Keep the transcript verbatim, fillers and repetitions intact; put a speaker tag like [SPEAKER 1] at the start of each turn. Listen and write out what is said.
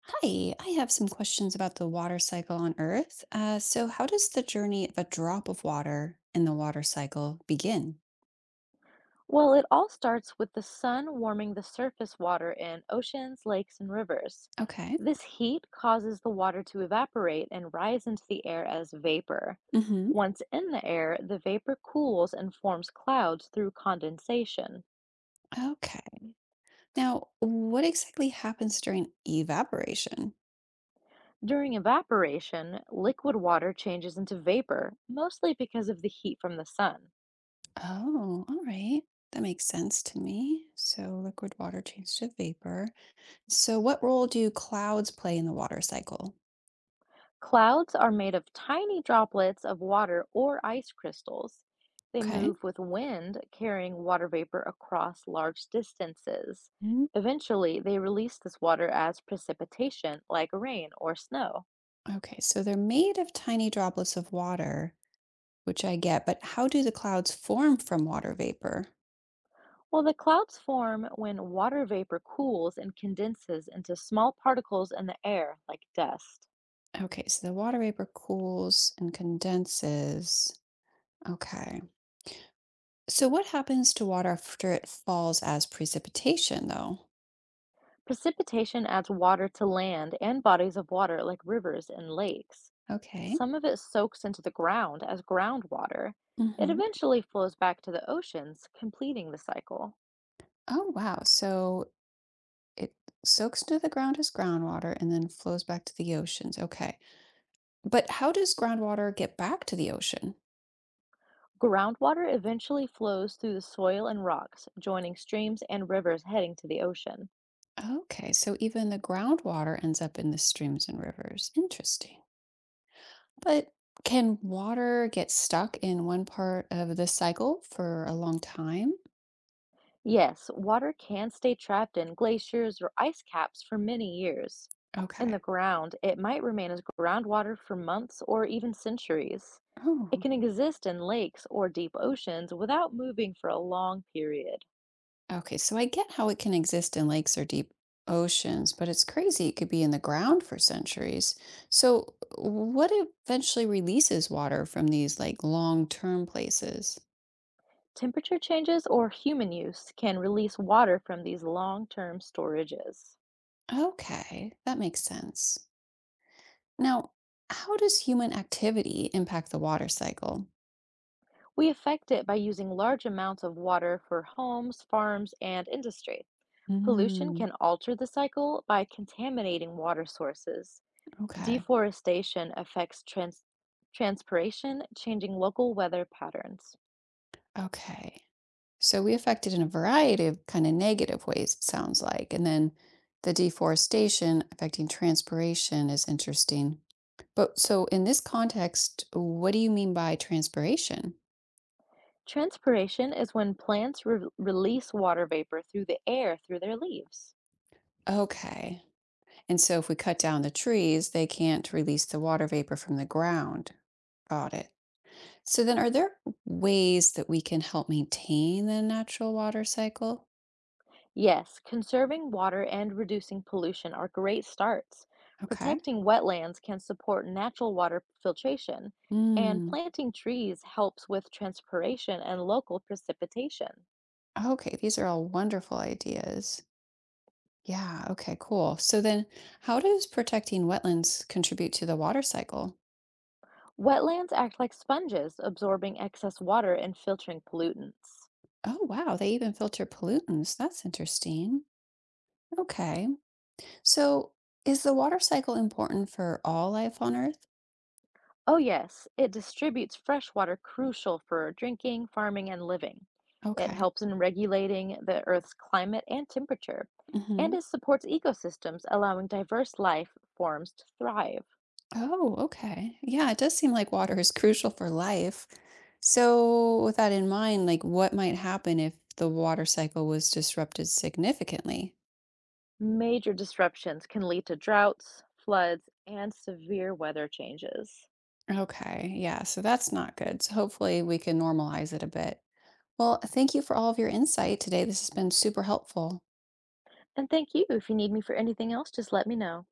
[SPEAKER 1] Hi, I have some questions about the water cycle on Earth. Uh, so, how does the journey of a drop of water in the water cycle begin?
[SPEAKER 2] Well, it all starts with the sun warming the surface water in oceans, lakes, and rivers.
[SPEAKER 1] Okay.
[SPEAKER 2] This heat causes the water to evaporate and rise into the air as vapor.
[SPEAKER 1] Hmm.
[SPEAKER 2] Once in the air, the vapor cools and forms clouds through condensation.
[SPEAKER 1] Okay. Now, what exactly happens during evaporation?
[SPEAKER 2] During evaporation, liquid water changes into vapor, mostly because of the heat from the sun.
[SPEAKER 1] Oh, all right. That makes sense to me. So, liquid water changes to vapor. So, what role do clouds play in the water cycle?
[SPEAKER 2] Clouds are made of tiny droplets of water or ice crystals. They
[SPEAKER 1] Okay.
[SPEAKER 2] move with wind, carrying water vapor across large distances.
[SPEAKER 1] Mm.
[SPEAKER 2] Eventually, they release this water as precipitation, like rain or snow.
[SPEAKER 1] Okay. So, they're made of tiny droplets of water, which I get, but how do the clouds form from water vapor?
[SPEAKER 2] Well, the clouds form when water vapor cools and condenses into small particles in the air, like dust.
[SPEAKER 1] Okay, so the water vapor cools and condenses. Okay. So what happens to water after it falls as precipitation, though?
[SPEAKER 2] Precipitation adds water to land and bodies of water, like rivers and lakes.
[SPEAKER 1] Okay.
[SPEAKER 2] Some of it soaks into the ground as groundwater. It
[SPEAKER 1] Hmm.
[SPEAKER 2] eventually flows back to the oceans, completing the cycle.
[SPEAKER 1] Oh, wow. So it soaks to the ground as groundwater and then flows back to the oceans. Okay. But how does groundwater get back to the ocean?
[SPEAKER 2] Groundwater eventually flows through the soil and rocks, joining streams and rivers heading to the ocean.
[SPEAKER 1] Okay, so even the groundwater ends up in the streams and rivers. Interesting. But can water get stuck in one part of the cycle for a long time?
[SPEAKER 2] Yes, water can stay trapped in glaciers or ice caps for many years. In the
[SPEAKER 1] Okay.
[SPEAKER 2] ground, it might remain as groundwater for months or even centuries. It
[SPEAKER 1] Oh,
[SPEAKER 2] can exist in lakes or deep oceans without moving for a long period.
[SPEAKER 1] okay. So I get how it can exist in lakes or deep oceans, but it's crazy it could be in the ground for centuries. So what eventually releases water from these like long-term places?
[SPEAKER 2] Temperature changes or human use can release water from these long term storages.
[SPEAKER 1] Okay, that makes sense. Now, how does human activity impact the water cycle?
[SPEAKER 2] We affect it by using large amounts of water for homes, farms, and industry. Pollution
[SPEAKER 1] Hmm.
[SPEAKER 2] can alter the cycle by contaminating water sources.
[SPEAKER 1] Okay.
[SPEAKER 2] Deforestation affects trans- transpiration, changing local weather patterns.
[SPEAKER 1] Okay. So we affected in a variety of kind of negative ways, it sounds like. And then the deforestation affecting transpiration is interesting. But so in this context, what do you mean by transpiration?
[SPEAKER 2] Transpiration is when plants re- release water vapor through the air through their leaves.
[SPEAKER 1] Okay. And so if we cut down the trees, they can't release the water vapor from the ground. Got it. So then are there ways that we can help maintain the natural water cycle?
[SPEAKER 2] Yes, conserving water and reducing pollution are great starts.
[SPEAKER 1] Okay.
[SPEAKER 2] Protecting wetlands can support natural water filtration, and
[SPEAKER 1] Mm,
[SPEAKER 2] planting trees helps with transpiration and local precipitation.
[SPEAKER 1] okay, these are all wonderful ideas. Yeah, okay, cool. So then how does protecting wetlands contribute to the water cycle?
[SPEAKER 2] Wetlands act like sponges, absorbing excess water and filtering pollutants.
[SPEAKER 1] Oh, wow, they even filter pollutants. That's interesting. Okay. So is the water cycle important for all life on Earth?
[SPEAKER 2] Oh, yes, it distributes fresh water crucial for drinking, farming, and living. It
[SPEAKER 1] Okay.
[SPEAKER 2] helps in regulating the Earth's climate and temperature, and
[SPEAKER 1] Hmm.
[SPEAKER 2] it supports ecosystems, allowing diverse life forms to thrive.
[SPEAKER 1] Oh, okay. Yeah, it does seem like water is crucial for life. So with that in mind, like what might happen if the water cycle was disrupted significantly?
[SPEAKER 2] Major disruptions can lead to droughts, floods, and severe weather changes.
[SPEAKER 1] Okay. Yeah, so that's not good. So hopefully we can normalize it a bit. Well, thank you for all of your insight today. This has been super helpful.
[SPEAKER 2] And thank you. If you need me for anything else, just let me know.